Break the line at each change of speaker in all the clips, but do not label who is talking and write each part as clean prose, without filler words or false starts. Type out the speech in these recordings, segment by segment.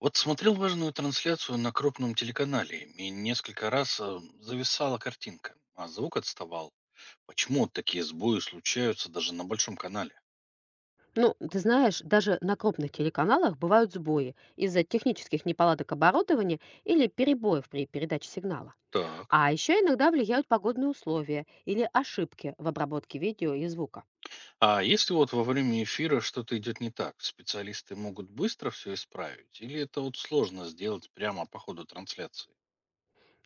Вот смотрел важную трансляцию на крупном телеканале, и несколько раз зависала картинка, а звук отставал. Почему вот такие сбои случаются даже на большом канале?
Ну, ты знаешь, даже на крупных телеканалах бывают сбои из-за технических неполадок оборудования или перебоев при передаче сигнала.
Так.
А еще иногда влияют погодные условия или ошибки в обработке видео и звука.
А если вот во время эфира что-то идет не так, специалисты могут быстро все исправить, или это вот сложно сделать прямо по ходу трансляции?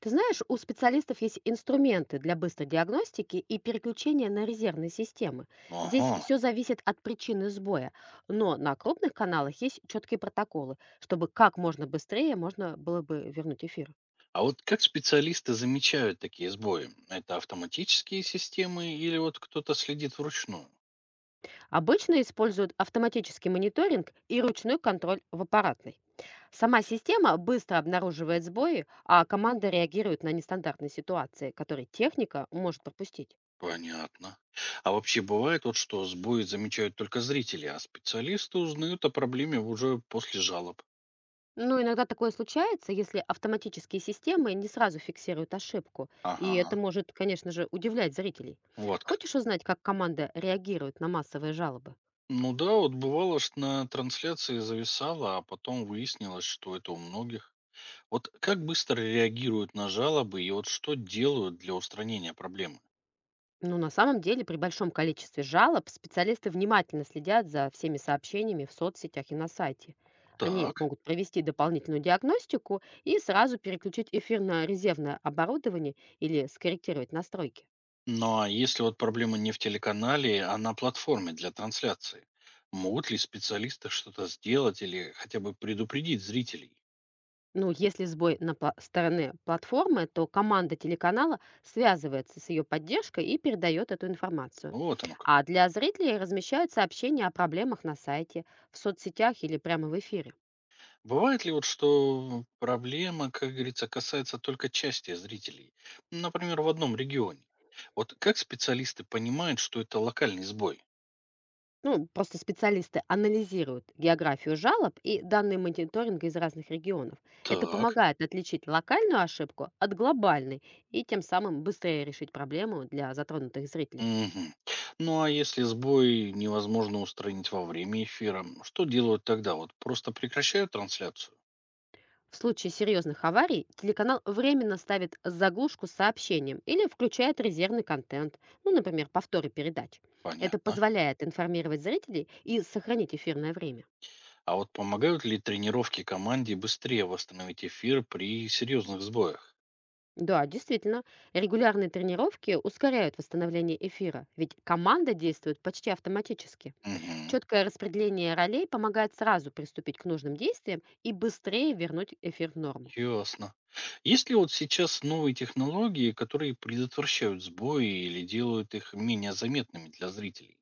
Ты знаешь, у специалистов есть инструменты для быстрой диагностики и переключения на резервные системы. Здесь
Ага.
все зависит от причины сбоя, но на крупных каналах есть четкие протоколы, чтобы как можно быстрее можно было бы вернуть эфир.
А вот как специалисты замечают такие сбои? Это автоматические системы или вот кто-то следит вручную?
Обычно используют автоматический мониторинг и ручной контроль в аппаратной. Сама система быстро обнаруживает сбои, а команда реагирует на нестандартные ситуации, которые техника может пропустить.
Понятно. А вообще бывает вот, что сбои замечают только зрители, а специалисты узнают о проблеме уже после жалоб.
Но иногда такое случается, если автоматические системы не сразу фиксируют ошибку, и это
Ага,
может, конечно же, удивлять зрителей.
вот как.
Хочешь узнать, как команда реагирует на массовые жалобы?
Ну да, вот бывало, что на трансляции зависало, а потом выяснилось, что это у многих. Вот как быстро реагируют на жалобы и вот что делают для устранения проблемы?
Ну, на самом деле, при большом количестве жалоб специалисты внимательно следят за всеми сообщениями в соцсетях и на сайте. Они
Так.
могут провести дополнительную диагностику и сразу переключить эфир на резервное оборудование или скорректировать настройки.
Ну а если вот проблема не в телеканале, а на платформе для трансляции, могут ли специалисты что-то сделать или хотя бы предупредить зрителей?
Ну, если сбой на стороне платформы, то команда телеканала связывается с ее поддержкой и передает эту информацию.
Вот оно как.
А для зрителей размещают сообщения о проблемах на сайте, в соцсетях или прямо в эфире.
Бывает ли вот, что проблема, как говорится, касается только части зрителей? Например, в одном регионе. Вот как специалисты понимают, что это локальный сбой?
Ну, просто специалисты анализируют географию жалоб и данные мониторинга из разных регионов. Это
Так.
помогает отличить локальную ошибку от глобальной и тем самым быстрее решить проблему для затронутых зрителей.
Мгм. Ну а если сбой невозможно устранить во время эфира, что делают тогда? Вот просто прекращают трансляцию?
В случае серьезных аварий телеканал временно ставит заглушку с сообщением или включает резервный контент, ну, например, повторы передач. Это
Понятно.
позволяет информировать зрителей и сохранить эфирное время.
А вот помогают ли тренировки команде быстрее восстановить эфир при серьезных сбоях?
Да, действительно, регулярные тренировки ускоряют восстановление эфира, ведь команда действует почти автоматически.
Мгм.
Четкое распределение ролей помогает сразу приступить к нужным действиям и быстрее вернуть эфир в норму.
Ясно. Есть ли вот сейчас новые технологии, которые предотвращают сбои или делают их менее заметными для зрителей?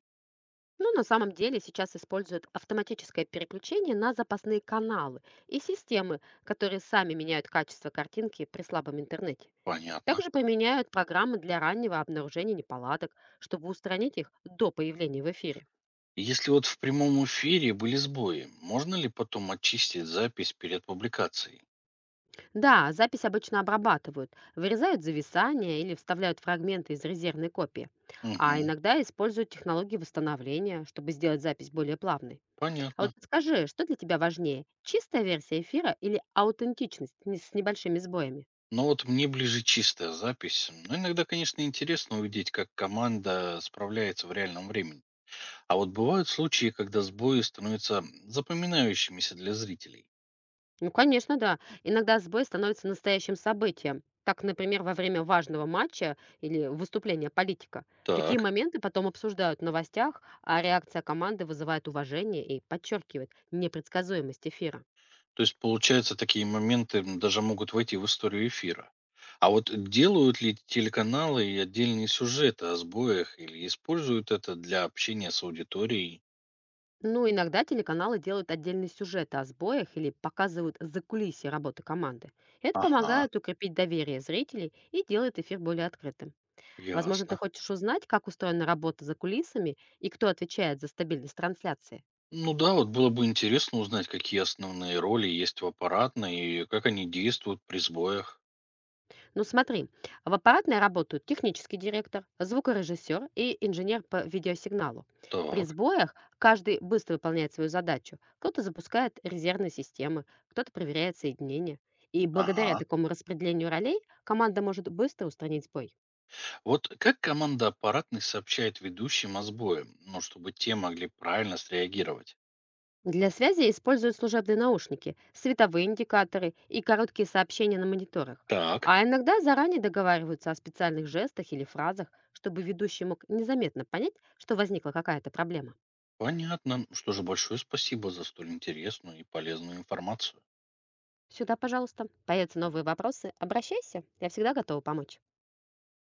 Но на самом деле сейчас используют автоматическое переключение на запасные каналы и системы, которые сами меняют качество картинки при слабом интернете.
Понятно.
Также поменяют программы для раннего обнаружения неполадок, чтобы устранить их до появления в эфире.
Если вот в прямом эфире были сбои, можно ли потом очистить запись перед публикацией?
Да, запись обычно обрабатывают, вырезают зависания или вставляют фрагменты из резервной копии. А
Угу,
иногда используют технологии восстановления, чтобы сделать запись более плавной. А вот
понятно.
скажи, что для тебя важнее, чистая версия эфира или аутентичность с небольшими сбоями?
Но вот мне ближе чистая запись. Но иногда, конечно, интересно увидеть, как команда справляется в реальном времени. А вот бывают случаи, когда сбои становятся запоминающимися для зрителей.
Ну, конечно, да. Иногда сбой становится настоящим событием. Так, например, во время важного матча или выступления политика. Такие
Так.
моменты потом обсуждают в новостях, а реакция команды вызывает уважение и подчеркивает непредсказуемость эфира.
То есть, получается, такие моменты даже могут войти в историю эфира. А вот делают ли телеканалы и отдельные сюжеты о сбоях или используют это для общения с аудиторией?
Ну, иногда телеканалы делают отдельные сюжеты о сбоях или показывают закулисье работы команды. Это
Ага,
помогает укрепить доверие зрителей и делает эфир более открытым. Возможно, ты
ясно.
хочешь узнать, как устроена работа за кулисами и кто отвечает за стабильность трансляции.
Ну да, вот было бы интересно узнать, какие основные роли есть в аппаратной и как они действуют при сбоях.
Ну смотри, в аппаратной работают технический директор, звукорежиссер и инженер по видеосигналу. При
Так,
сбоях каждый быстро выполняет свою задачу. Кто-то запускает резервные системы, кто-то проверяет соединение. И благодаря
ага.
такому распределению ролей команда может быстро устранить сбой.
Вот как команда аппаратной сообщает ведущим о сбое, ну, чтобы те могли правильно среагировать?
Для связи используют служебные наушники, световые индикаторы и короткие сообщения на мониторах.
Так.
А иногда заранее договариваются о специальных жестах или фразах, чтобы ведущий мог незаметно понять, что возникла какая-то проблема.
Понятно. Что же, большое спасибо за столь интересную и полезную информацию.
Сюда, пожалуйста. Появятся новые вопросы, обращайся. Я всегда готова помочь.